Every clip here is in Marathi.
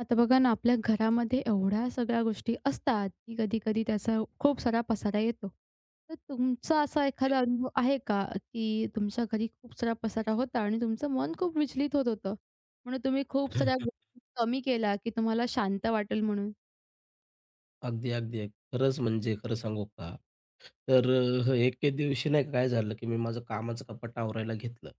आता बघा ना, आपल्या घरामध्ये एवढ्या सगळ्या गोष्टी असतात, की कधी-कधी त्याचा खूप सारा पसारा येतो. तर तुमचा असा एखादा अनुभव आहे का, की तुमच्या घरी खूप सारा पसारा होता आणि तुमचं मन खूप विचलित होत होतं? म्हणून तुम्ही खूप साऱ्या अगदी, गोष्टी कमी केल्या, की तुम्हाला शांत वाटेल म्हणून? अगदी. अगदी. खरंच म्हणजे खरं सांगू का? तर एके दिवशी नाही का काय झालं, की मी माझं कामाचं कपाट आवरायला घेतलं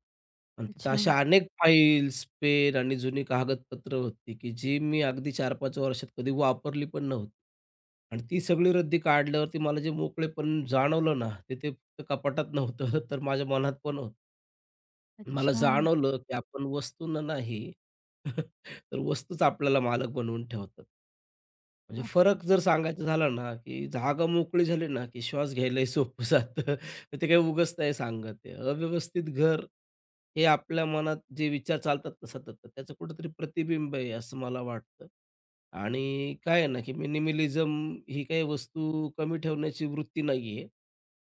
आणि तिथं अच्छा, अशा अनेक फाईल्स, पेन आणि जुनी कागदपत्र होती, की जी मी अगदी 4-5 वर्षात कधी वापरली पण नव्हती. आणि ती सगळी रद्दी काढल्यावरती मला जे मोकळेपण जाणवलं ना, ते ते फक्त कपाटात नव्हतं, तर माझ्या मनात पण होतं. हं. मला अच्छा. जाणवलं, की आपण वस्तूंना नाही, तर वस्तूच आपल्याला मालक बनवून ठेवतात. म्हणजे वाह! फरक जर सांगायचा झाला ना, की जागा मोकळी झाली ना, की श्वास घ्यायलाही सोपं जातं. तर ते काही उगाच नाही सांगत आहे. अव्यवस्थित घर हे आपल्या मनात जे विचार चालतात ना सतत, त्याचं कुठेतरी प्रतिबिंब आहे असं मला वाटतं. आणि काय आहे ना, की मिनिमलिझम ही काही वस्तू कमी ठेवण्याची वृत्ती नाहीये.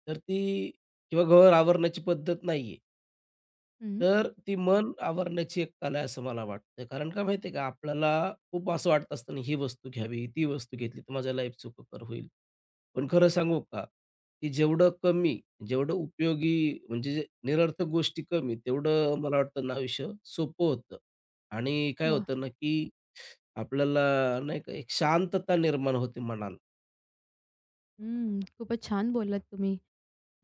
तर ती किंवा घर आवरण्याची पद्धत नाहीये. हं. तर ती मन आवरण्याची एक कला आहे असं मला वाटतं. कारण का माहिती आहे का, आपल्याला खूप असं वाटत असतं ना, ही वस्तू घ्यावी, ती वस्तू घेतली तर माझ्या लाईफ सुखकर होईल. पण खरं सांगू का, की जेवढं कमी, जेवढं उपयोगी म्हणजे जे निरर्थक गोष्टी कमी, तेवढं मला वाटतं ना आयुष्य सोपं होतं. आणि काय वाह! होतं ना, की आपल्याला नाही का एक शांतता निर्माण होते मनाला. हं. खूपच छान बोललात तुम्ही.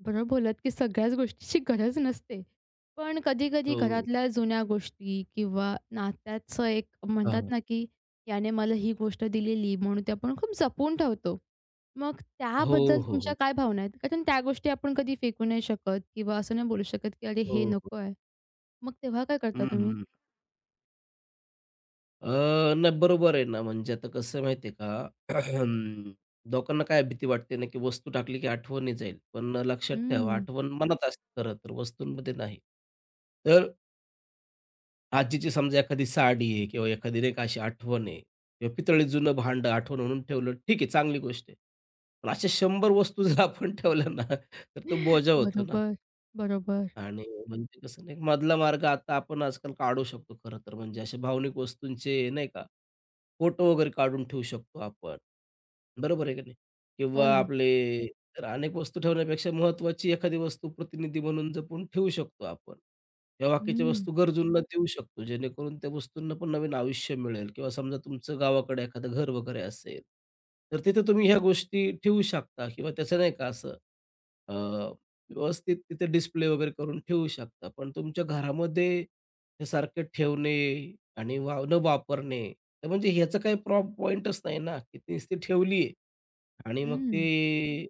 बरोबर बोललात, की सगळ्याच गोष्टीची गरज नसते. पण कधी-कधी हो. घरातल्या जुन्या गोष्टी किंवा नात्याचं एक म्हणतात हां, ना, की याने मला ही गोष्ट दिलेली म्हणून ते आपण खूप जपून ठेवतो. मग हो, त्याबद्दल हो, तुमच्या हो. काय भावना आहेत? कारण त्या गोष्टी आपण कधी फेकू नाही शकत किंवा असं नाही बोलू शकत, की "अरे, हे हो, हो. नको आहे." मग तेव्हा काय करता हं, तुम्ही? हं. अ, नाही बरोबर आहे ना, म्हणजे आता कसं आहे माहिती का, लोकांना काय भीती वाटते ना, की वस्तू टाकली की आठवणी जाईल. पण लक्षात ठेवा हं. आठवण मनात असते खरं तर, वस्तूंमध्ये नाही. तर आजीची समजा एखादी साडी आहे किंवा एखादी नाही का अशी आठवण आहे किंवा पितळी जुनं भांड आठवण म्हणून ठेवलं, ठीक आहे चांगली गोष्ट आहे. पण अशा 100 वस्तू जर आपण ठेवल्या ना, तर तो बोजा होतो ना बरोबर, बरोबर. आणि म्हणजे कसं नाही मधला मार्ग आता आपण आजकाल काढू शकतो खरं तर, म्हणजे अशा भावनिक वस्तूंचे नाही का फोटो वगैरे काढून ठेवू शकतो आपण. बरोबर आहे की नाही? हो किंवा ना. आपले तर अनेक वस्तू ठेवण्यापेक्षा महत्त्वाची एखादी वस्तू प्रतिनिधी म्हणून जपून ठेवू शकतो आपण. किंवा बाकीच्या हं, वस्तू गरजूंना देऊ शकतो, जेणेकरून त्या वस्तूंना पण नवीन आयुष्य मिळेल किंवा समजा तुमचं गावाकडे एखादं घर वगैरे असेल, तर तिथे तुम्ही ह्या गोष्टी ठेवू शकता किंवा त्याचं नाही का असं अ, व्यवस्थित तिथे डिस्प्ले वगैरे करून ठेवू शकता. पण तुमच्या घरामध्ये हे सारखे ठेवणे आणि वा न वापरणे. तर म्हणजे ह्याचं काही पॉइंटच नाही ना, की ती नुसती ठेवली आणि मग हं. ते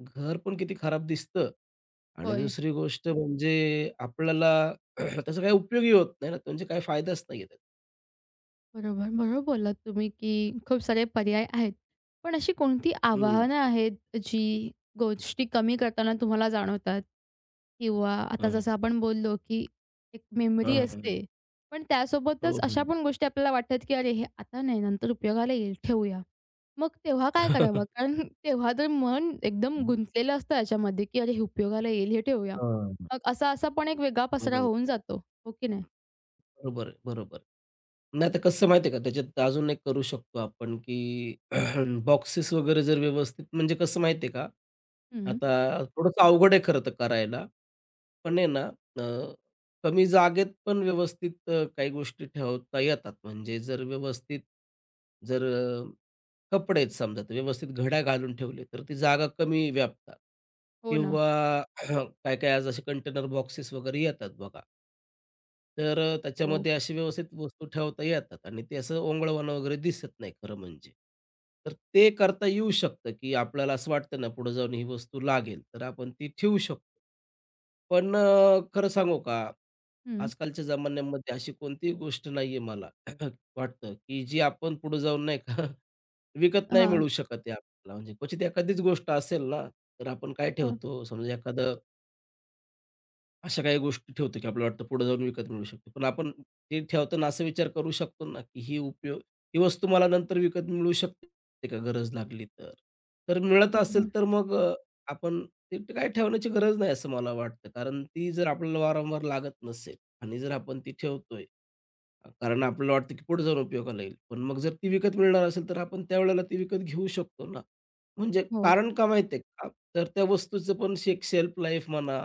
घर पण किती खराब दिसतं आणि होय. दुसरी गोष्ट म्हणजे आपल्याला त्याचा काही उपयोगही होत नाही ना, म्हणजे काही फायदाच नाही आहे त्याचा. बरोबर. बरोबर बोललात तुम्ही, की खूप सारे पर्याय आहेत. पण अशी कोणती हं, आव्हानं आहेत, जी गोष्टी कमी करताना तुम्हाला जाणवतात? किंवा आता हं, जसं आपण बोललो, की एक मेमरी हं, हं. असते, पण त्यासोबतच हो, हो. अशा पण गोष्टी आपल्याला वाटतात, की "अरे, हे आता नाही, नंतर उपयोगाला येईल, ठेवूया." मग तेव्हा काय करावं? कारण तेव्हा तर मन एकदम हं. गुंतलेलं असतं याच्यामध्ये, की "अरे, हे उपयोगाला येईल, हे ठेवूया." मग असा-असा पण एक वेगळा पसारा बरोबर, होऊन जातो, हो की नाही? बरोबर आहे, बरोबर. नाही तर कसं माहिती आहे का, त्याच्यात अजून एक करू शकतो आपण, की बॉक्सेस वगैरे जर व्यवस्थित म्हणजे कसं माहिती आहे का, हं. आता थोडंसं अवघड आहे खरं तर करायला. पण आहे ना, अ, कमी जागेत पण व्यवस्थित काही गोष्टी ठेवता येतात. म्हणजे जर व्यवस्थित जर कपडे आहेत समजा, तर व्यवस्थित घड्या घालून ठेवले, तर ती जागा कमी व्यापतात हो ना. किंवा काय-काय आज असे कंटेनर बॉक्सेस वगैरे येतात बघा. तर हो. त्याच्यामध्ये अशी व्यवस्थित वस्तू ठेवता येतात आणि ते असं ओंगळवाणं वगैरे दिसत नाही खरं म्हणजे. तर ते करता येऊ शकतं, की आपल्याला असं वाटतं ना, पुढे जाऊन ही वस्तू लागेल, तर आपण ती ठेवू शकतो. पण खरं सांगू का, हं. आजकालच्या जमान्यामध्ये अशी कोणतीही गोष्ट नाहीये मला वाटतं, की जी आपण पुढे जाऊन नाही का विकत नाही हां. मिळू शकत आहे आपल्याला. म्हणजे क्वचित एखादीच गोष्ट असेल ना, तर आपण काय हां, ठेवतो, समजा एखादं अशा काही गोष्टी ठेवतो, की आपल्याला वाटतं पुढे जाऊन विकत मिळू शकते. पण आपण ते ठेवताना असा विचार करू शकतो ना, की ही उपयोग ही वस्तू मला नंतर विकत मिळू शकते का गरज लागली तर? तर मिळत असेल बरोबर. तर मग आपण ते ते काय ठेवण्याची गरज नाही असं मला वाटतं. कारण ती जर आपल्याला वारंवार लागत नसेल आणि जर आपण ती ठेवतोय कारण आपल्याला वाटतं की पुढे जाऊन उपयोगाला येईल. पण मग जर ती विकत मिळणार असेल, तर आपण त्यावेळेला ती विकत घेऊ शकतो ना. म्हणजे हो. कारण का माहिती आहे का? तर त्या वस्तूचं पण एक शेल्फ लाईफ म्हणा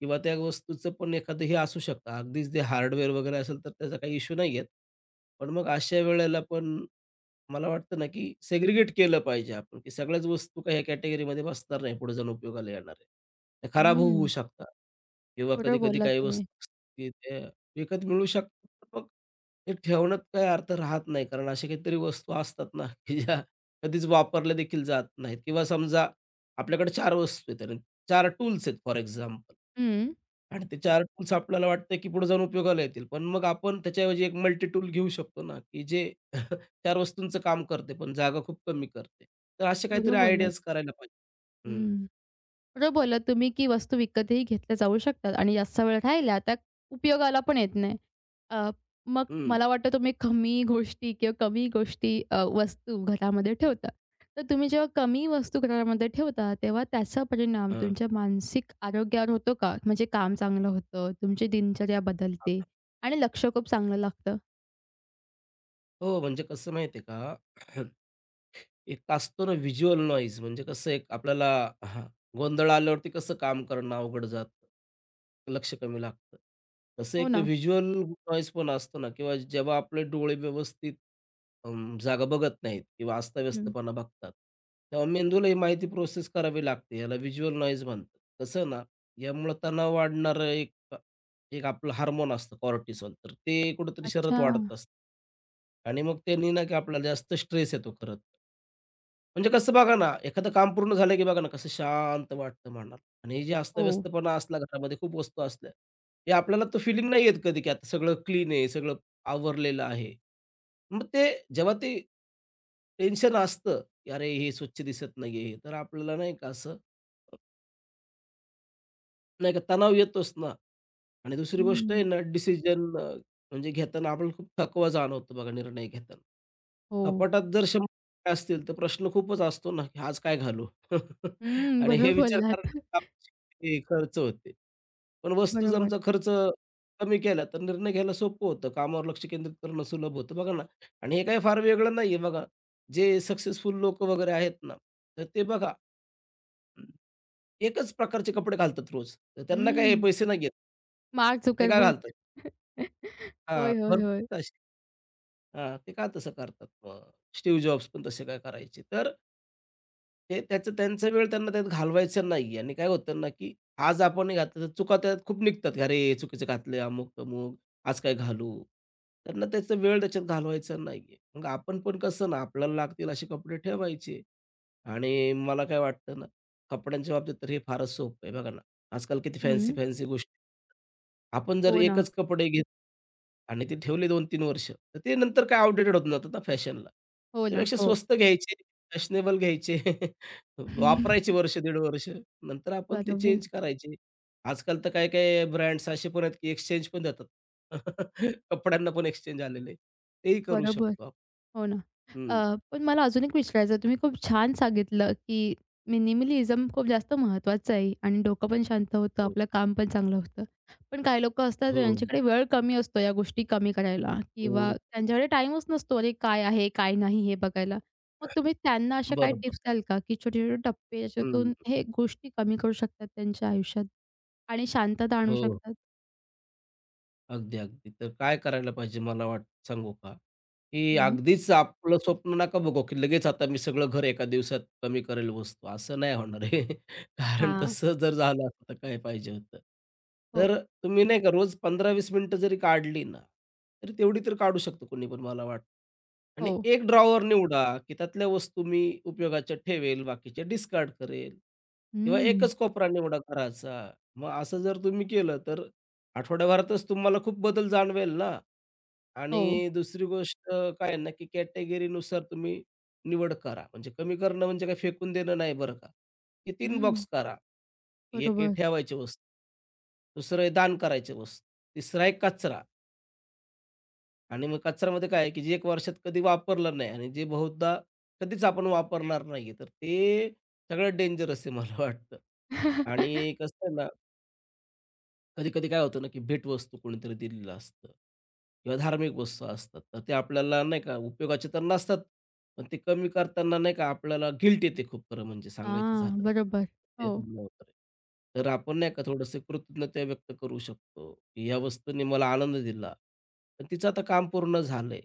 किंवा त्या वस्तूचं पण एखादं हे असू शकतं. अगदीच ते हार्डवेअर वगैरे असेल, तर त्याचा काही इश्यू नाही येत. पण मग अशा वेळेला पण मला वाटतं ना, की सेग्रीगेट केलं पाहिजे आपण, की सगळ्याच वस्तू काही कॅटेगरीमध्ये बसणार नाही, पुढे जाऊन उपयोगाला येणार आहे. त्या खराब होऊ होऊ हं. शकतात किंवा बरोबर कधी-कधी बोललात काही तुम्ही. वस्तू असतात, की ते विकत मिळू शकतात, पण मग ते ठेवण्यात काही अर्थ राहत नाही. कारण अशा काहीतरी वस्तू असतात ना, की ज्या कधीच वापरल्या देखील जात नाहीत किंवा समजा आपल्याकडे 4 वस्तू आहेत आणि 4 टूल्स आहेत फॉर एक्झाम्पल हं. आणि ते 4 टूल्स आपल्याला वाटतं, की पुढे जाऊन उपयोगाला येतील. पण मग आपण त्याच्याऐवजी एक मल्टी टूल घेऊ शकतो ना, की जे 4 वस्तूंचं काम करते, पण जागा खूप कमी करते. तर असे बरोबर काहीतरी बोललात. आयडियाज करायला पाहिजे. हं, हं. बरोबर बोललात तुम्ही, की वस्तू विकतही घेतल्या जाऊ शकतात आणि जास्त वेळ राहिल्या त्या उपयोगाला पण येत नाही. अ, मग हं. मला वाटतं तुम्ही कमी गोष्टी किंवा कमी गोष्टी वस्तू घरामध्ये हं. ठेवता. तर तुम्ही जेव्हा कमी वस्तू घरामध्ये ठेवता, तेव्हा त्याचा परिणाम हं. तुमच्या मानसिक आरोग्यावर होतो का? म्हणजे काम चांगलं होतं, तुमची दिनचर्या बदलते आणि लक्ष खूप चांगलं लागतं. हो, म्हणजे कसं माहिती का एक असतो ना व्हिज्युअल नॉईज म्हणजे कसं एक आपल्याला हां, गोंधळ आल्यावरती कसं काम करणं अवघड जातं, लक्ष कमी लागतं. तसं हो एक ना. व्हिज्युअल नॉईज पण असतो ना किंवा जेव्हा आपले डोळे व्यवस्थित जागा बघत नाहीत किंवा हं. अस्ताव्यस्तपणा बघतात, तेव्हा मेंदूला ही माहिती प्रोसेस करावी लागते. याला व्हिज्युअल नॉईज म्हणतात. कसं ना, यामुळं तणाव वाढणारं एक एक आपलं हार्मोन असतं कॉर्टिसॉल, तर ते कुठेतरी शरीरात अच्छा. वाढत असतं. आणि मग त्यांनी ना की आपल्याला जास्त स्ट्रेस येतो खरं म्हणजे कसं बघा ना, एखादं काम पूर्ण झालं की बघा ना कसं शांत वाटतं मनाला आणि जे हो. अस्तव्यस्तपणा असला घरामध्ये खूप वस्तू असल्या, हे आपल्याला तो फीलिंग नाही येत कधी की आता सगळं क्लीन आहे, सगळं आवरलेलं आहे. मग ते जेव्हा ते टेन्शन असतं, की "अरे, हे स्वच्छ दिसत नाहीये." हे तर आपल्याला नाही का असं नाही का तणाव येतोच ना आणि दुसरी गोष्ट हं. आहे ना डिसिजन म्हणजे घेताना आपण खूप थकवा जाणवतो बघा निर्णय घेताना. हो. कपाटात जर 100 असतील तर प्रश्न खूपच असतो ना, की आज काय घालू? हं, आणि बरोबर हे विचार बोललात. करण्यात ते खर्च होते. पण बरोबर. वस्तूजमचा खर्च कमी केला तर निर्णय घ्यायला सोपं होतं. कामावर लक्ष केंद्रित करणं सुलभ होतं बघा ना आणि हे काही फार वेगळं नाहीये बघा. जे सक्सेसफुल लोक वगैरे आहेत ना, तर ते बघा एकच प्रकारचे कपडे घालतात रोज. तर त्यांना काय हं. पैसे नाही घेत. मार्क ते काय झुकरबर्ग. घालतात? हां, होय, होय, होय. भरपूर असे हां, ते का तसं करतात? मग स्टीव्ह जॉब्स पण तसे काय करायचे? तर ते त्याचं त्यांचा वेळ त्यांना त्यात घालवायचा नाही आणि काय होतं ना, की आज आपण हे घातलं तर चुका त्यात खूप निघतात. "अरे, चुकीचं घातलंय अमुक-तमुक, आज काय घालू?" त्यांना त्याचा वेळ त्याच्यात घालवायचा नाहीये. मग आपण पण कसं ना, आपल्याला लागतील असे कपडे ठेवायचे. आणि मला काय वाटतं ना, कपड्यांच्या बाबतीत तर हे फारच सोपं आहे. बघा ना, आजकाल किती फॅन्सी हं. फॅन्सी गोष्टी. आपण जर हो ना. एकच कपडे घेत आणि ते ठेवले 2-3 वर्ष, तर ते नंतर काय आउटडेटेड होऊन जातात ना फॅशनला. हो ना. त्यापेक्षा हो. स्वस्त घ्यायचे, फॅशनेबल घ्यायचे, वापरायचे वर्ष, दीड वर्ष, नंतर आपण ते बरोबर. चेंज करायचे. आजकाल तर काही-काही ब्रँड्स असे पण आहेत, की एक्सचेंज पण देतात. कपड्यांना पण एक्सचेंज आलेले. तेही करू बरोबर. शकतो आपण. हो ना. हं. पण मला अजून एक विचारायचं आहे. तुम्ही खूप छान सांगितलं, की मिनिमलिझम खूप जास्त महत्त्वाचं आहे आणि डोकं पण शांत होतं, हो, आपलं काम पण चांगलं होतं. पण काही लोकं असतात हो, त्यांच्याकडे वेळ कमी असतो या गोष्टी कमी करायला किंवा हो. त्यांच्याकडे टाईमच नसतो. अरे, काय आहे, काय नाही हे बघायला. मग तुम्ही त्यांना अशा काही बरोबर. टिप्स द्याल का, की छोटे-छोटे टप्पे याच्यातून हे गोष्टी कमी करू शकतात त्यांच्या आयुष्यात आणि शांतता आणू हो. शकतात? अगदी, अगदी. तर काय करायला पाहिजे मला वाट सांगू का? की हं. अगदीच आपलं स्वप्न नका बघू, की लगेच आता मी सगळं घर एका दिवसात कमी करेल वस्तू. असं नाही होणार आहे. कारण हां. तसं जर झालं असतं तर काय पाहिजे होतं. हो, तर तुम्ही नाही का रोज 15-20 मिनिटं जरी काढली ना, तरी तेवढी तर काढू शकतो कोणी पण मला वाटतं. हो. आणि एक ड्रॉवर निवडा, की त्यातल्या वस्तू मी उपयोगाच्या ठेवेल, बाकीच्या डिस्कार्ड करेल किंवा हं. एकच कोपरा निवडा करायचा. मग असं जर तुम्ही केलं, तर आठवड्याभरातच तुम्हाला खूप बदल जाणवेल ना. हो. आणि दुसरी गोष्ट काय आहे ना, की कॅटेगरीनुसार तुम्ही निवड करा. म्हणजे कमी करणं म्हणजे काय फेकून देणं नाही बरं का, की 3 हं. बॉक्स करा. एक हे बरोबर. ठेवायची वस्तू, दुसरं आहे दान करायची वस्तू, तिसरा आहे कचरा आणि मग कचऱ्यामध्ये काय आहे, की जे 1 वर्षात कधी वापरलं नाही आणि जे बहुधा कधीच आपण वापरणार नाहीये, तर ते सगळ्यात डेंजरस आहे मला वाटतं. आणि कसं आहे ना, कधी-कधी काय होतं ना, की भेटवस्तू कोणीतरी दिलेलं असतं किंवा धार्मिक वस्तू असतात. तर ते आपल्याला नाही का उपयोगाचे तर नसतात, पण ते कमी करताना नाही का आपल्याला गिल्ट येते खूप खरं म्हणजे सांगायचं झालं हां, तर. बरोबर. ते हो. पण होतं रे. तर आपण नाही का थोडंसं कृतज्ञता व्यक्त करू शकतो, की या वस्तूंनी मला आनंद दिला. पण तिचं आता काम पूर्ण झालंय.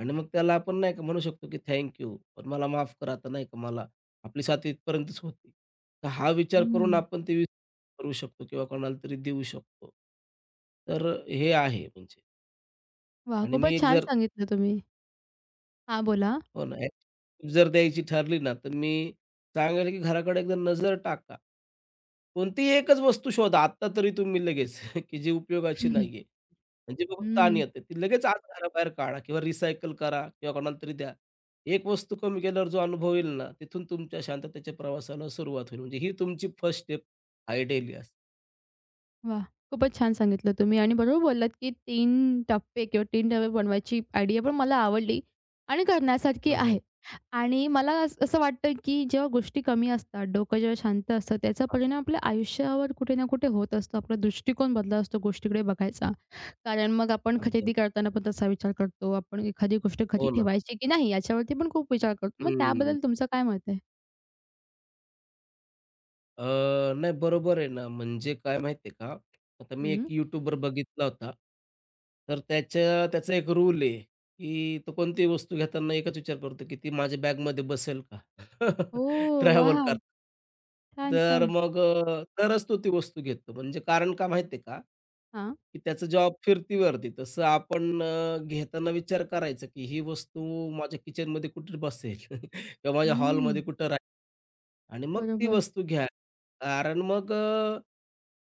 आणि मग त्याला आपण नाही का म्हणू शकतो, की थँक यू. पण मला माफ करा आता नाही का मला आपली साथ इथपर्यंतच होती. तर हा विचार करून हं. आपण ते करू शकतो किंवा कोणाला तरी देऊ शकतो. तर हे आहे म्हणजे वाह! आणि मी खूपच एक छान जर सांगितलं तुम्ही. हां, बोला. हो ना. एक टीप जर द्यायची ठरली ना, तर मी सांगेल की घराकडे एकदा नजर टाका. कोणतीही एकच वस्तू शोधा आत्ता तरी तुम्ही लगेच, की जी उपयोगाची नाहीये. म्हणजे बघून ताण हं. येते. ती लगेच आज घराबाहेर काढा किंवा रिसायकल करा किंवा कोणाला तरी द्या. एक वस्तू कमी केल्यावर जो अनुभव येईल ना, तिथून तुमच्या शांततेच्या प्रवासाला सुरुवात होईल. म्हणजे ही तुमची फर्स्ट स्टेप आहे डेली असं. वाह! खूपच छान सांगितलं तुम्ही आणि बरोबर बोललात, की 3 टप्पे किंवा 3 डबे बनवायची आयडिया पण मला आवडली आणि करण्यासारखी हो, आहे. हो. आणि मला असं असं वाटतं, की जेव्हा गोष्टी कमी असतात, डोकं जेव्हा शांत असतं, त्याचा हां. परिणाम आपल्या आयुष्यावर कुठे ना कुठे होत असतो. आपला दृष्टिकोन बदलला असतो गोष्टीकडे बघायचा. कारण मग आपण खरेदी अगदी. करताना पण तसा विचार करतो. आपण एखादी गोष्ट घरी हो ना. ठेवायची की नाही याच्यावरती पण खूप विचार करतो. मग हं. त्याबद्दल तुमचं काय मत आहे? अ, नाही बरोबर आहे ना, म्हणजे काय माहिती आहे का, आता मी एक हं. यूट्यूबर बघितला होता. तर त्याचा एक रूल आहे, की तो कोणतीही वस्तू घेताना एकच विचार करतो, की ती माझ्या बॅगमध्ये बसेल का? ओह! ट्रॅव्हल वाह! करताना. छान, तर छान. मग तरच तो ती वस्तू घेतो. म्हणजे कारण का माहिती आहे का, हां. की त्याचं जॉब फिरतीवरती. तसं आपण घेताना विचार करायचा, की ही वस्तू माझ्या किचनमध्ये कुठे बसेल किंवा माझ्या हं. हॉलमध्ये कुठं आणि मग ती बरोबर. वस्तू घ्या. कारण मग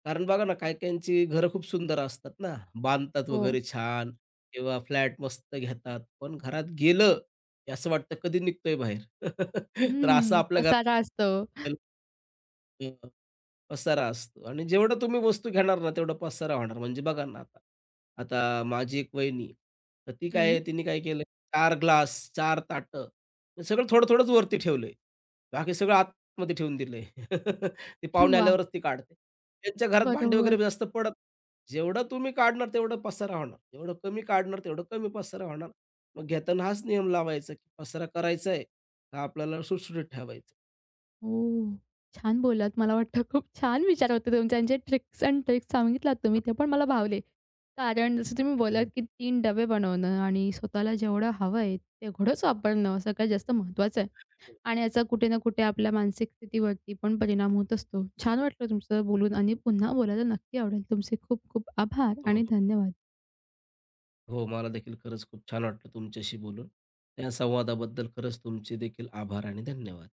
कारण बघा ना, काही-काहींची घरं खूप सुंदर असतात ना, बांधतात हो. वगैरे छान किंवा फ्लॅट मस्त घेतात. पण घरात गेलं, की असं वाटतं कधी निघतोय बाहेर. हं, तर असं हं. आपल्या पसारा असतो. घरात पसारा असतो आणि जेवढं तुम्ही वस्तू घेणार ना, तेवढा पसारा होणार. म्हणजे बघा ना आता, आता माझी एक वहिनी, तर ती काय हं. आहे, तिने काय केलं 4 ग्लास, चार ताट हे सगळं थोडं-थोडंच वरती ठेवलंय. बाकी सगळं आतमध्ये ठेवून दिलंय. ते पाहुणे वाह! आल्यावरच ती काढते. त्यांच्या घरात भांडे बरोबर. वगैरे जास्त पडत जेवढं तुम्ही काढणार, तेवढं पसारा होणार. जेवढं कमी काढणार, तेवढं कमी पसारा होणार. मग घेताना हाच नियम लावायचा, की पसारा करायचा आहे, हा आपल्याला सुटसुटीत ठेवायचा. ओह! छान बोललात. मला वाटतं खूप छान विचार होते तुमचे आणि जे ट्रिक्स अँड ट्रिक्स सांगितलात तुम्ही ते पण मला भावले. कारण जसं तुम्ही बोललात हो. की 3 डबे बनवणं आणि स्वतःला जेवढं हवं आहे तेवढंच वापरणं सगळ्यात जास्त महत्त्वाचं आहे. आणि याचा कुठे ना कुठे आपल्या मानसिक स्थितीवरती पण परिणाम होत असतो. छान वाटलं तुमचं बोलून आणि पुन्हा बोलायला नक्की आवडेल. तुमचे खूप खूप आभार हो, आणि हो. धन्यवाद. हो, मला देखील खरंच खूप छान वाटलं तुमच्याशी बोलून. या संवादाबद्दल खरंच तुमचे देखील आभार आणि धन्यवाद.